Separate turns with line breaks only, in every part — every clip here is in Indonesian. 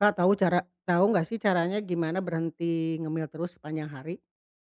Kak, tahu nggak sih caranya gimana berhenti ngemil terus sepanjang hari?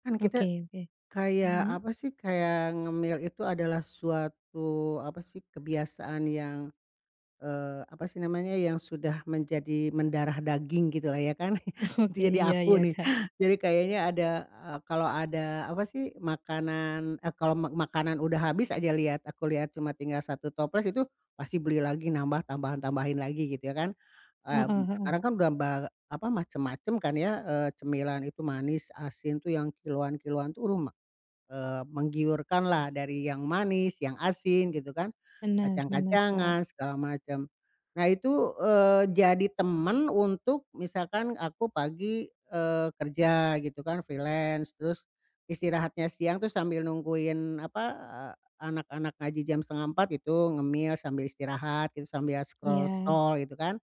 Kan
Oke
kita
oke.
kayak,
Mhm.
apa sih, kayak ngemil itu adalah suatu, apa sih, kebiasaan yang apa sih namanya, yang sudah menjadi mendarah daging gitulah ya kan, itu
Oke,
jadi
iya iya,
aku nih.
Kak.
Jadi kayaknya ada, kalau ada apa sih, makanan kalau makanan udah habis aja lihat, aku lihat cuma tinggal satu toples itu pasti beli lagi nambah, tambahan-tambahin lagi gitu ya kan.
Heeh heeh.
Sekarang kan udah apa, macem-macem kan ya, cemilan itu manis, asin tuh yang kiloan-kiloan tuh, aduh menggiurkan lah dari yang manis, yang asin gitu kan,
Benar benar, Kak.
kacang-kacangan segala macam. Nah itu, jadi temen untuk misalkan aku pagi, kerja gitu kan freelance, terus istirahatnya siang tuh sambil nungguin apa, anak-anak ngaji jam setengah empat itu ngemil sambil istirahat gitu, sambil
Iya.
scroll-scroll gitu kan.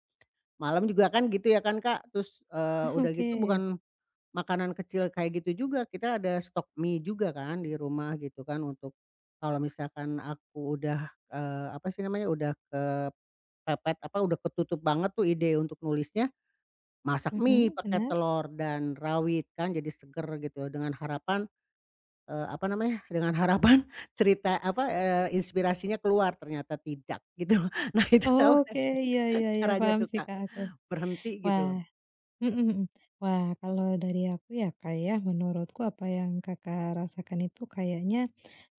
Malam juga kan gitu ya kan Kak, terus, udah gitu,
Oke.
bukan makanan kecil kayak gitu juga, kita ada stok mie juga kan di rumah gitu kan untuk kalau misalkan aku udah, apa sih namanya, udah kepepet apa, udah ketutup banget tuh ide untuk nulisnya, masak mie
Mhm,
pakai
benar.
telur dan rawit kan jadi seger gitu dengan harapan, apa namanya, dengan harapan cerita apa, inspirasinya keluar ternyata tidak gitu. Nah itu tahu
Oke, iya iya iya,
caranya
paham
tuh
sih,
Kak,
Kak, aku.
berhenti gitu loh.
Wah. Mhm mhm. Wah, kalau dari aku ya, Kak, ya, menurutku apa yang Kakak rasakan itu kayaknya,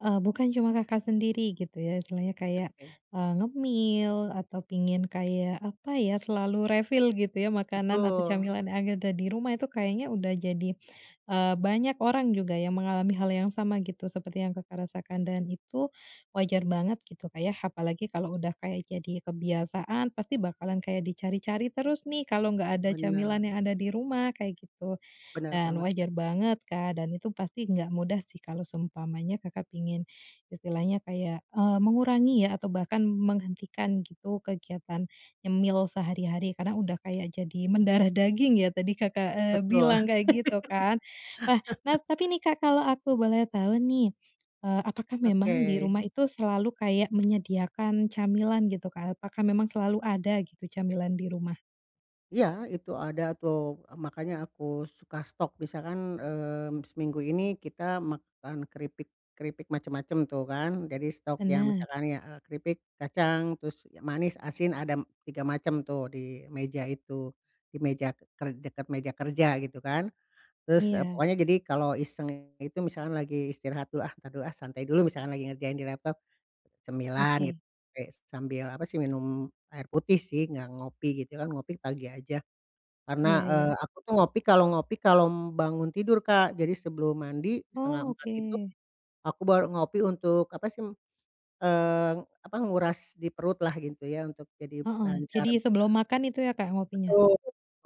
bukan cuma Kakak sendiri gitu ya, istilahnya kayak,
Oke,
ngemil atau pingin kayak, apa ya, selalu refill gitu ya makanan atau
betul,
camilan yang ada di rumah itu kayaknya udah jadi, banyak orang juga yang mengalami hal yang sama gitu seperti yang Kakak rasakan dan itu wajar banget gitu kayak apalagi kalau udah kayak jadi kebiasaan pasti bakalan kayak dicari-cari terus nih kalau nggak ada camilan
benar,
yang ada di rumah, kayak gitu.
benar
Dan
banget
wajar
Kak,
banget, Kak, dan itu pasti nggak mudah sih kalau seumpamanya Kakak pingin istilahnya kayak, mengurangi ya atau bahkan menghentikan gitu kegiatan nyemil sehari-hari karena udah kayak jadi mendarah daging ya tadi Kakak,
betul.
bilang kayak gitu kan. Wah, nah tapi nih, Kak, kalau aku boleh tahu nih, apakah
Oke.
memang di rumah itu selalu kayak menyediakan camilan gitu, Kak? Apakah memang selalu ada gitu camilan di rumah?
Iya, itu ada tuh, makanya aku suka stok misalkan, seminggu ini kita makan keripik keripik macam-macam tuh kan, jadi stok yang
Benar.
misalkan ya, keripik kacang, terus ya manis, asin, ada 3 macam tuh di meja itu, di meja ke- ker dekat meja kerja gitu kan. Terus,
Iya.
pokoknya jadi kalau iseng itu misalkan lagi istirahat dulu, ah entar dulu ah, santai dulu misalkan lagi ngerjain di laptop, cemilan
Oke.
gitu, kayak sambil apa sih, minum air putih sih, nggak ngopi gitu kan, ngopi pagi aja. Karena,
Iya iya.
aku tuh ngopi kalau bangun tidur, Kak. Jadi sebelum mandi setengah
Oh,
empat
oke.
itu aku baru ngopi untuk apa sih, eee, apa, nguras di perut lah gitu ya, untuk jadi
Heeh,
lancar.
jadi sebelum makan itu ya, Kak, ngopinya?
Betul,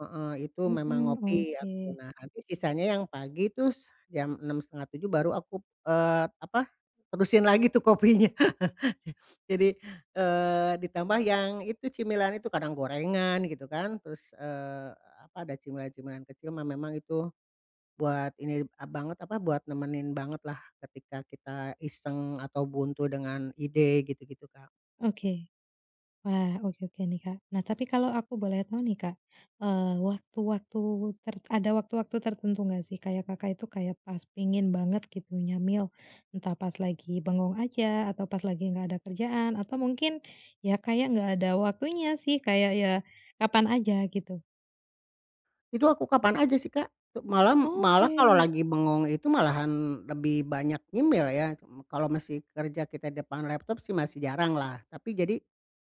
heeh, itu
Mhm,
memang ngopi
oke.
aku. Nah, nanti sisanya yang pagi tuh jam enam setengah tujuh baru aku, apa, terusin lagi tuh kopinya. Jadi, ditambah yang itu cemilan itu kadang gorengan gitu kan, terus, apa, ada cemilan-cemilan kecil mah memang itu buat ini banget, apa, buat nemenin banget lah ketika kita iseng atau buntu dengan ide gitu-gitu, Kak.
Oke. Wah, oke oke nih, Kak. Nah, tapi kalau aku boleh tahu nih, Kak, waktu-waktu ada waktu-waktu tertentu nggak sih kayak Kakak itu kayak pas pingin banget gitu nyamil, entah pas lagi bengong aja atau pas lagi nggak ada kerjaan atau mungkin ya kayak nggak ada waktunya sih, kayak ya kapan aja gitu?
Itu aku kapan aja sih, Kak. Malah malah
Oke.
kalau lagi bengong itu malahan lebih banyak nyemil ya, kalau masih kerja kita depan laptop sih masih jarang lah, tapi jadi,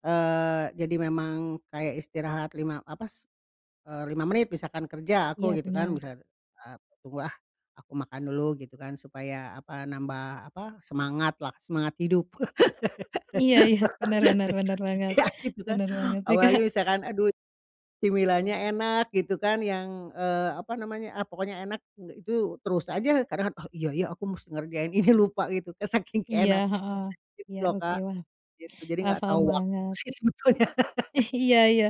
jadi memang kayak istirahat lima apa s 5 menit misalkan kerja
Iya
aku gitu kan
benar.
misal, tunggu ah, aku makan dulu gitu kan supaya apa, nambah apa, semangat lah, semangat hidup.
Iya iya, benar benar benar banget.
Ya gitu kan.
Benar banget sih, Kak.
Apalagi misalkan aduh cemilannya enak gitu kan yang, apa namanya, ah, pokoknya enak nggak itu terus aja kadang, "Oh iya iya aku mesti ngerjain ini," lupa gitu kan saking
Iya,
keenakan,
heeh.
gitu
Iya,
loh
oke,
Kak,
wah,
gitu. Jadi
wah,
nggak
paham
tahu waktu
banget.
sih sebetulnya.
Iya iya.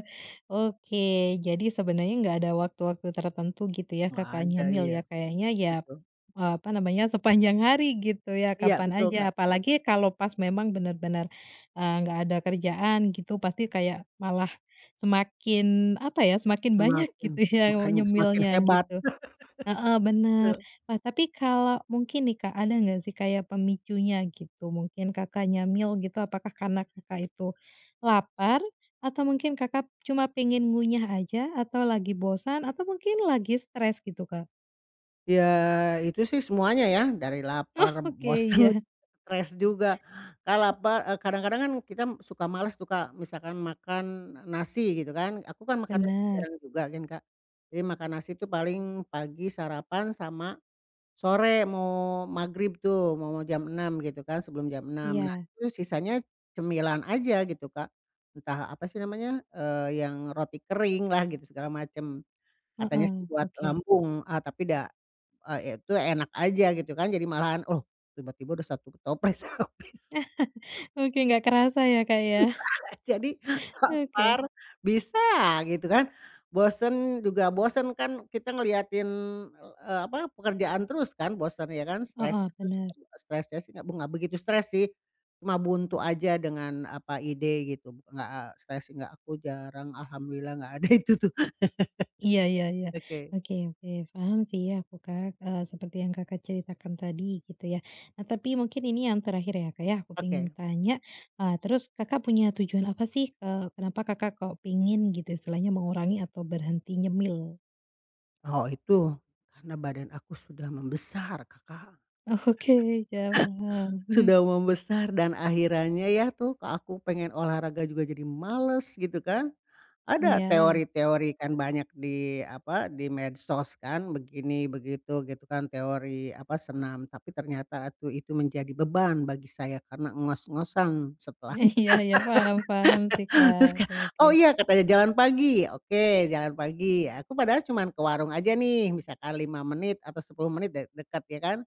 Oke, jadi sebenarnya nggak ada waktu-waktu tertentu gitu ya
Nggak
Kakak
ada,
nyemil
iya,
ya, kayaknya ya,
betul.
apa namanya, sepanjang hari gitu ya,
Iya
kapan
betul
aja.
Kak,
Apalagi kalau pas memang benar-benar, nggak ada kerjaan gitu, pasti kayak malah semakin, apa ya, semakin banyak
semakin
gitu ya,
makan semakin
nyemilnya
hebat,
gitu. Heeh, bener.
betul.
Nah, tapi kalau mungkin nih Kak, ada nggak sih kayak pemicunya gitu? Mungkin Kakak nyemil gitu, apakah karena Kakak itu lapar? Atau mungkin Kakak cuma pengen ngunyah aja? Atau lagi bosan? Atau mungkin lagi stres gitu, Kak?
Ya itu sih semuanya ya, dari lapar,
Oke,
bosen,
iya.
stres juga, kalau lapar, kadang-kadang kan kita suka males tuh, Kak, misalkan makan nasi gitu kan, aku kan makan nasi
Benar.
jarang juga kan, Kak. Jadi makan nasi tuh paling pagi sarapan sama sore mau maghrib tuh, mau mau jam 6 gitu kan, sebelum jam enam. Nah,
Iya.
itu sisanya cemilan aja gitu, Kak. Entah apa sih namanya, yang roti kering lah gitu segala macem. Katanya
Heeh,
sih buat
oke.
lambung, tapi da itu enak aja gitu kan jadi malahan, oh tiba-tiba udah satu toples habis.
Oke, nggak kerasa ya Kak ya?
Jadi
Oke.
lapar, bisa gitu kan. Bosen juga bosen kan kita ngeliatin, apa, pekerjaan terus kan bosen ya kan, stresnya
Heeh,
terus
benar.
stresnya sih nggak begitu stres sih, cuma buntu aja dengan apa, ide gitu, nggak stres nggak aku jarang alhamdulillah nggak ada itu tuh.
Iya iya iya.
Oke
Oke oke, paham sih ya aku, Kak, seperti yang Kakak ceritakan tadi gitu ya. Nah, tapi mungkin ini yang terakhir ya, Kak, ya, aku pengen
oke.
tanya, terus Kakak punya tujuan apa sih, kenapa Kakak kok pingin gitu istilahnya mengurangi atau berhenti nyemil?
Oh itu, karena badan aku sudah membesar Kakak,
Oke, iya paham, mhm,
sudah membesar dan akhirnya ya tuh ke aku pengen olahraga juga jadi males gitu kan. Ada
iya.
teori-teori kan banyak di apa, di medsos kan begini begitu gitu kan teori apa senam tapi ternyata tuh itu menjadi beban bagi saya karena ngos-ngosan setelah
Iya iya, paham paham sih, Kak,
terus kayak,
oke oke.
"Oh iya," katanya, "jalan pagi," oke jalan pagi aku padahal cuman ke warung aja nih misalkan 5 menit atau 10 menit dekat ya kan.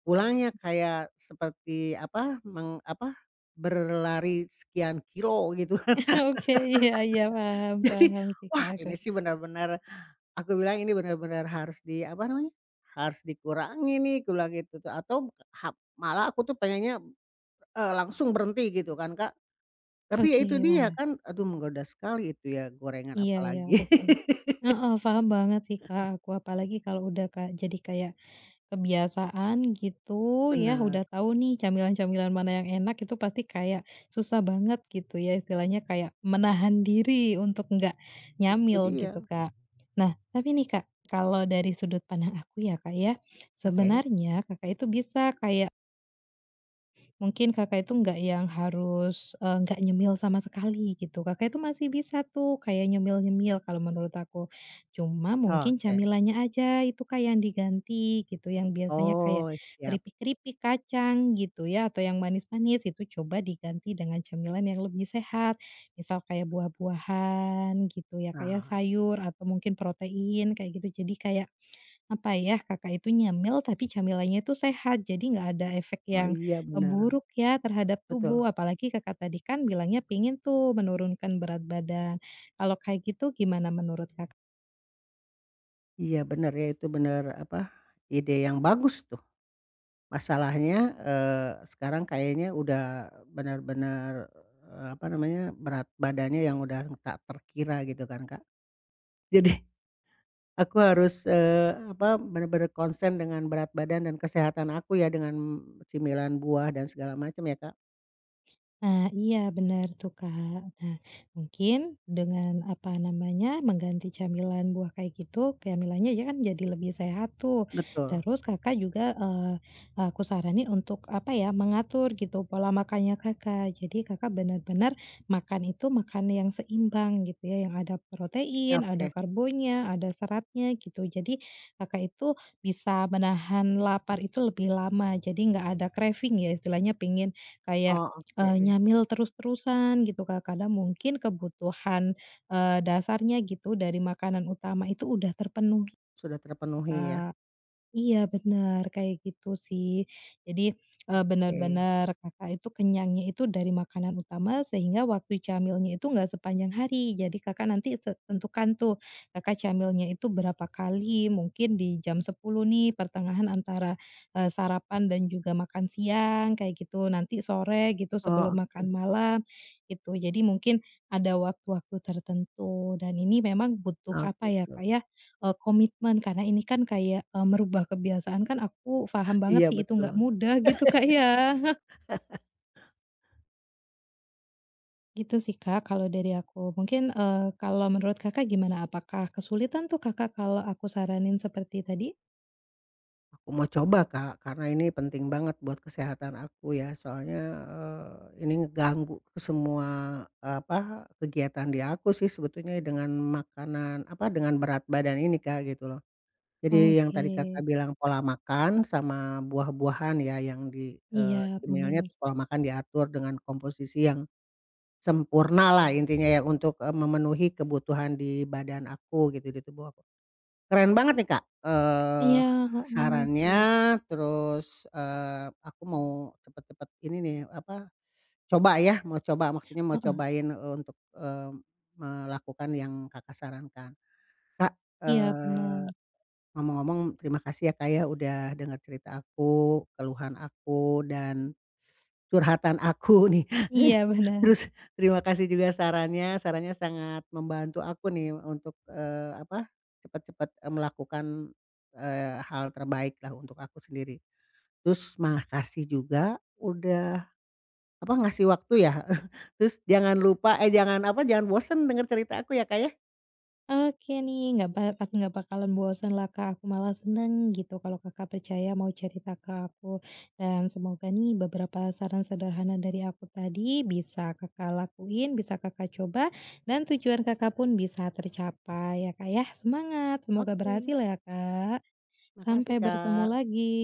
Pulangnya kayak seperti apa, apa, berlari sekian kilo gitu
Oke, iya iya, paham
Jadi,
paham sih, Kak,
wah
aku.
ini sih benar-benar aku bilang ini benar-benar harus di apa namanya, harus dikurangi nih aku bilang gitu tuh atau ha malah aku tuh pengennya, langsung berhenti gitu kan Kak. Tapi ya
Oke,
itu dia
wah.
kan, aduh menggoda sekali itu ya gorengan
Iya iya,
apalagi.
oke. Heeh, paham banget sih, Kak, aku. Apalagi kalau udah jadi kayak kebiasaan gitu ya,
Benar,
udah tahu nih camilan-camilan mana yang enak, itu pasti kayak susah banget gitu ya, istilahnya kayak menahan diri untuk nggak
itu
nyamil
dia.
gitu, Kak. Nah, tapi nih, Kak, kalau dari sudut pandang aku ya, Kak, ya,
Oke,
sebenarnya Kakak itu bisa kayak. Mungkin Kakak itu nggak yang harus, nggak nyemil sama sekali gitu, Kakak itu masih bisa tuh kayak nyemil-nyemil kalau menurut aku. Cuma mungkin
oke.
camilannya aja itu kayak yang diganti gitu, yang biasanya kayak
Oh siap.
keripik-keripik kacang gitu ya, atau yang manis-manis itu coba diganti dengan camilan yang lebih sehat. Misal kayak buah-buahan gitu ya kayak
Nah,
sayur atau mungkin protein kayak gitu. Jadi kayak apa ya, Kakak itu nyemil tapi camilannya itu sehat, jadi nggak ada efek
oh
yang,
iya benar,
buruk ya terhadap tubuh.
betul.
Apalagi Kakak tadi kan bilangnya pengen tuh menurunkan berat badan. Kalau kayak gitu gimana menurut Kakak?
Iya benar ya itu benar apa, ide yang bagus tuh. Masalahnya, sekarang kayaknya udah benar-benar apa namanya, berat badannya yang udah tak terkira gitu kan Kak. Jadi aku harus, apa, benar-benar konsen dengan berat badan dan kesehatan aku ya dengan cemilan buah dan segala macam ya Kak?
Nah, iya benar tuh, Kak. Nah, mungkin dengan, apa namanya, mengganti camilan buah kayak gitu, camilannya ya kan jadi lebih sehat tuh.
Betul,
Terus Kakak juga, aku saranin untuk, apa ya, mengatur gitu pola makannya Kakak. Jadi Kakak benar-benar makan itu makan yang seimbang gitu ya, yang ada protein, ada
oke.
karbonya, ada seratnya gitu. Jadi Kakak itu bisa menahan lapar itu lebih lama, jadi nggak ada craving ya istilahnya pingin kayak.
Oh oke,
Nyamil terus-terusan gitu, Kak. Kadang mungkin kebutuhan, dasarnya gitu dari makanan utama itu udah terpenuhi.
sudah terpenuhi ya,
Iya benar kayak gitu sih. Jadi, benar
oke.
bener Kakak itu kenyangnya itu dari makanan utama sehingga waktu camilnya itu nggak sepanjang hari. Jadi Kakak nanti tentukan tuh, Kakak camilnya itu berapa kali, mungkin di jam 10 nih pertengahan antara, sarapan dan juga makan siang kayak gitu, nanti sore gitu sebelum
Oh
makan
oke,
malam, gitu. Jadi mungkin ada waktu-waktu tertentu dan ini memang butuh
oh
apa ya,
gitu.
Kak, ya, komitmen karena ini kan kayak, merubah kebiasaan kan aku paham banget
Iya
sih itu nggak
betul.
mudah gitu, Kak, ya. Gitu sih, Kak, kalau dari aku. Mungkin, kalau menurut Kakak gimana? Apakah kesulitan tuh Kakak kalau aku saranin seperti tadi?
Aku mau coba Kak, karena ini penting banget buat kesehatan aku ya, soalnya, ini ngeganggu ke semua, apa, kegiatan di aku sih sebetulnya dengan makanan apa, dengan berat badan ini Kak, gitu loh. Jadi yang
Oke.
tadi Kakak bilang pola makan sama buah-buahan ya yang di,
Iya
cemilnya,
benar.
terus pola makan diatur dengan komposisi yang sempurna lah intinya ya untuk, memenuhi kebutuhan di badan aku gitu, di tubuh aku. Keren banget nih, Kak,
Iya, heeh, oke.
sarannya terus, aku mau cepet-cepet ini nih, apa, coba ya, mau coba maksudnya mau
Heeh.
cobain, untuk, melakukan yang Kakak sarankan. Kak,
Iya
eee
benar.
ngomong-ngomong terima kasih ya, Kak, ya, udah dengar cerita aku, keluhan aku, dan curhatan aku nih.
Iya benar.
Terus terima kasih juga sarannya, sarannya sangat membantu aku nih untuk, apa, cepat-cepat, melakukan, hal terbaik lah untuk aku sendiri. Terus makasih juga udah, apa, ngasih waktu ya, terus jangan lupa jangan, apa, jangan bosen dengar cerita aku ya, Kak, ya.
Oke nih, nggak pasti nggak bakalan bosan lah, Kak, aku malah seneng gitu kalau Kakak percaya mau cerita ke aku. Dan semoga nih beberapa saran sederhana dari aku tadi bisa Kakak lakuin, bisa Kakak coba, dan tujuan Kakak pun bisa tercapai ya, Kak, ya. Semangat, semoga
Oke,
berhasil ya, Kak.
makasih,
Sampai bertemu
Kak.
lagi.